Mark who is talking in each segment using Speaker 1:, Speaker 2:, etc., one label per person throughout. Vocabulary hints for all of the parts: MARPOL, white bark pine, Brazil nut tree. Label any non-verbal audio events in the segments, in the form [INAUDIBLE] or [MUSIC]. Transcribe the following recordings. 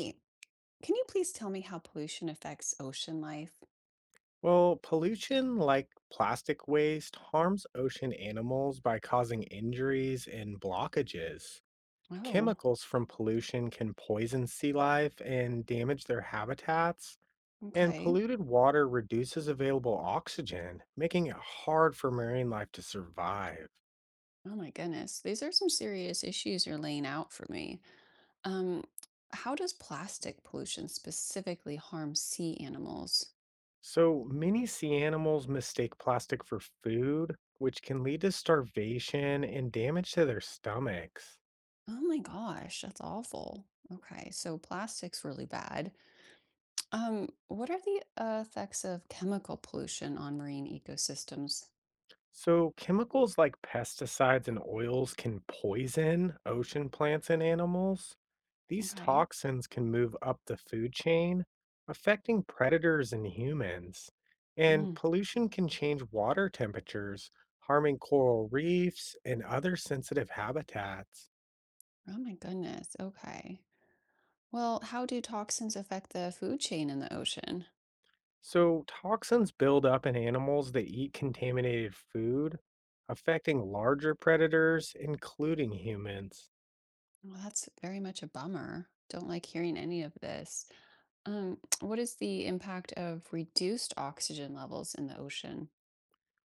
Speaker 1: Hey, can you please tell me how pollution affects ocean life?
Speaker 2: Well, pollution like plastic waste harms ocean animals by causing injuries and blockages.
Speaker 1: Oh,
Speaker 2: Chemicals from pollution can poison sea life and damage their habitats. And
Speaker 1: okay.
Speaker 2: polluted water reduces available oxygen, making it hard for marine life to survive.
Speaker 1: Oh my goodness. These are some serious issues you're laying out for me. Um, how does plastic pollution specifically harm sea animals?
Speaker 2: So many sea animals mistake plastic for food, which can lead to starvation and damage to their stomachs.
Speaker 1: Oh my gosh, that's awful. Okay, so plastic's really bad. What are the effects of chemical pollution on marine ecosystems?
Speaker 2: So, chemicals like pesticides and oils can poison ocean plants and animals. These
Speaker 1: Okay.
Speaker 2: toxins can move up the food chain, affecting predators and humans. And
Speaker 1: Mm,
Speaker 2: pollution can change water temperatures, harming coral reefs and other sensitive habitats.
Speaker 1: oh my goodness. Okay. Well, how do toxins affect the food chain in the ocean?
Speaker 2: So, toxins build up in animals that eat contaminated food, affecting larger predators, including humans.
Speaker 1: Well, that's very much a bummer. Don't like hearing any of this. [TSK] What is the impact of reduced oxygen levels in the ocean?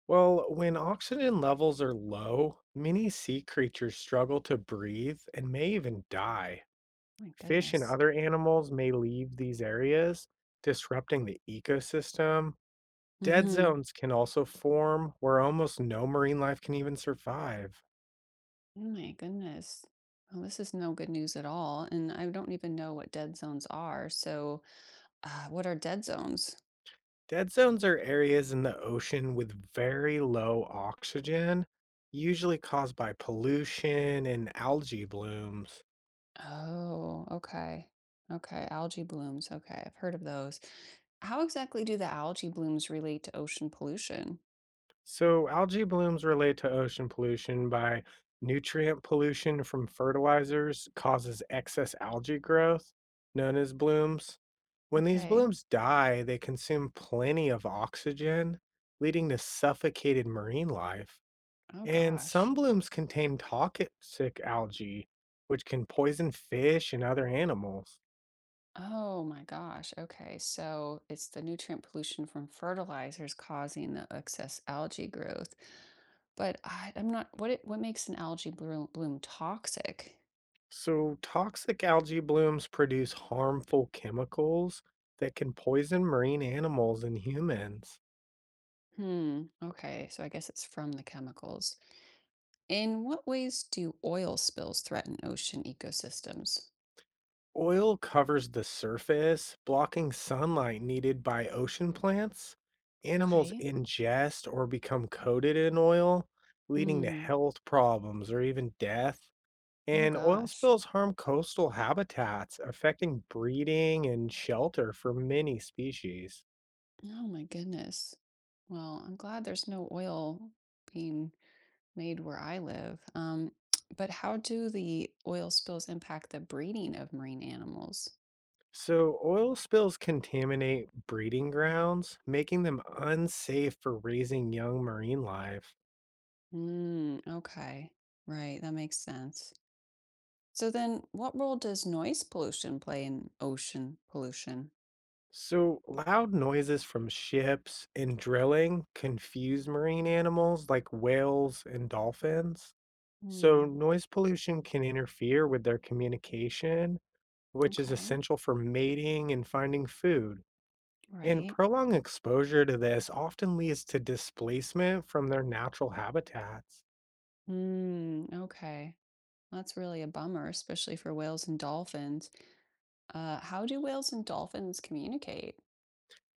Speaker 2: Well, when oxygen levels are low, many sea creatures struggle to breathe and may even die.
Speaker 1: My
Speaker 2: Fish and
Speaker 1: goodness.
Speaker 2: other animals may leave these areas, disrupting the ecosystem. Dead
Speaker 1: Hmm.
Speaker 2: zones can also form where almost no marine life can even survive.
Speaker 1: Oh my goodness. Well, this is no good news at all. And I don't even know what dead zones are. So, what are dead zones?
Speaker 2: Dead zones are areas in the ocean with very low oxygen, usually caused by pollution and algae blooms.
Speaker 1: Oh, okay. Okay. Algae blooms. Okay. I've heard of those. How exactly do the algae blooms relate to ocean pollution?
Speaker 2: So, algae blooms relate to ocean pollution by nutrient pollution from fertilizers causes excess algae growth, known as blooms. When these
Speaker 1: Okay.
Speaker 2: blooms die, they consume plenty of oxygen, leading to suffocated marine life.
Speaker 1: Oh,
Speaker 2: And
Speaker 1: gosh.
Speaker 2: some blooms contain toxic algae, which can poison fish and other animals.
Speaker 1: Oh my gosh. Okay. So it's the nutrient pollution from fertilizers causing the excess algae growth. But I'm not, what it, what makes an algae bloom, bloom toxic?
Speaker 2: So, toxic algae blooms produce harmful chemicals that can poison marine animals and humans.
Speaker 1: Hmm. Okay. So I guess it's from the chemicals. In what ways do oil spills threaten ocean ecosystems?
Speaker 2: Oil covers the surface, blocking sunlight needed by ocean plants. Animals
Speaker 1: Okay.
Speaker 2: ingest or become coated in oil, leading to
Speaker 1: Hmm.
Speaker 2: health problems or even death.
Speaker 1: Oh
Speaker 2: And oil
Speaker 1: gosh.
Speaker 2: spills harm coastal habitats, affecting breeding and shelter for many species.
Speaker 1: Oh my goodness. Well, I'm glad there's no oil being made where I live. But how do the oil spills impact the breeding of marine animals?
Speaker 2: So, oil spills contaminate breeding grounds, making them unsafe for raising young marine life.
Speaker 1: Mm, okay, right, that makes sense. So then, what role does noise pollution play in ocean pollution?
Speaker 2: So, loud noises from ships and drilling confuse marine animals like whales and dolphins. So,
Speaker 1: Mm,
Speaker 2: noise pollution can interfere with their communication, which is
Speaker 1: okay,
Speaker 2: essential for mating and finding food. And
Speaker 1: right.
Speaker 2: prolonged exposure to this often leads to displacement from their natural habitats.
Speaker 1: Mm, okay, that's really a bummer, especially for whales and dolphins. How do whales and dolphins communicate?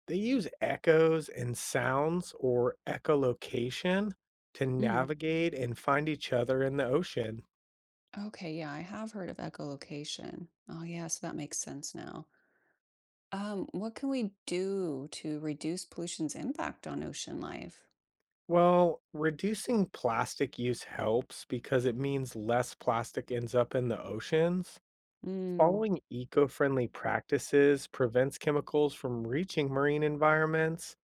Speaker 2: They use echoes and sounds or echolocation to
Speaker 1: Mm,
Speaker 2: navigate and find each other in the ocean.
Speaker 1: okay, yeah, I have heard of echolocation. Oh, yeah, so that makes sense now. What can we do to reduce pollution's impact on ocean life?
Speaker 2: Well, reducing plastic use helps because it means less plastic ends up in the oceans.
Speaker 1: Mm,
Speaker 2: Following eco friendly practices prevents chemicals from reaching marine environments,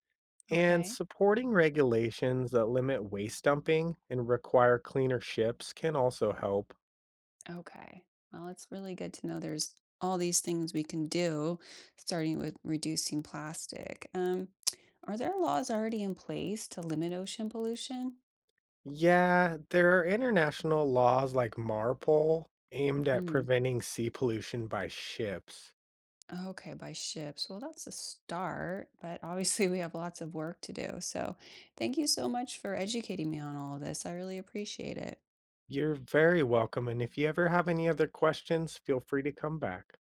Speaker 2: and
Speaker 1: okay.
Speaker 2: supporting regulations that limit waste dumping and require cleaner ships can also help.
Speaker 1: Okay. Well, it's really good to know there's all these things we can do, starting with reducing plastic. Are there laws already in place to limit ocean pollution?
Speaker 2: Yeah, there are international laws like MARPOL aimed at
Speaker 1: Hmm.
Speaker 2: preventing sea pollution by ships.
Speaker 1: Okay, by ships. Well, that's a start, but obviously [LAUGHS] we have lots of work to do. So, thank you so much for educating me on all of this. I really appreciate it.
Speaker 2: You're very welcome, and if you ever have any other questions, feel free to come back.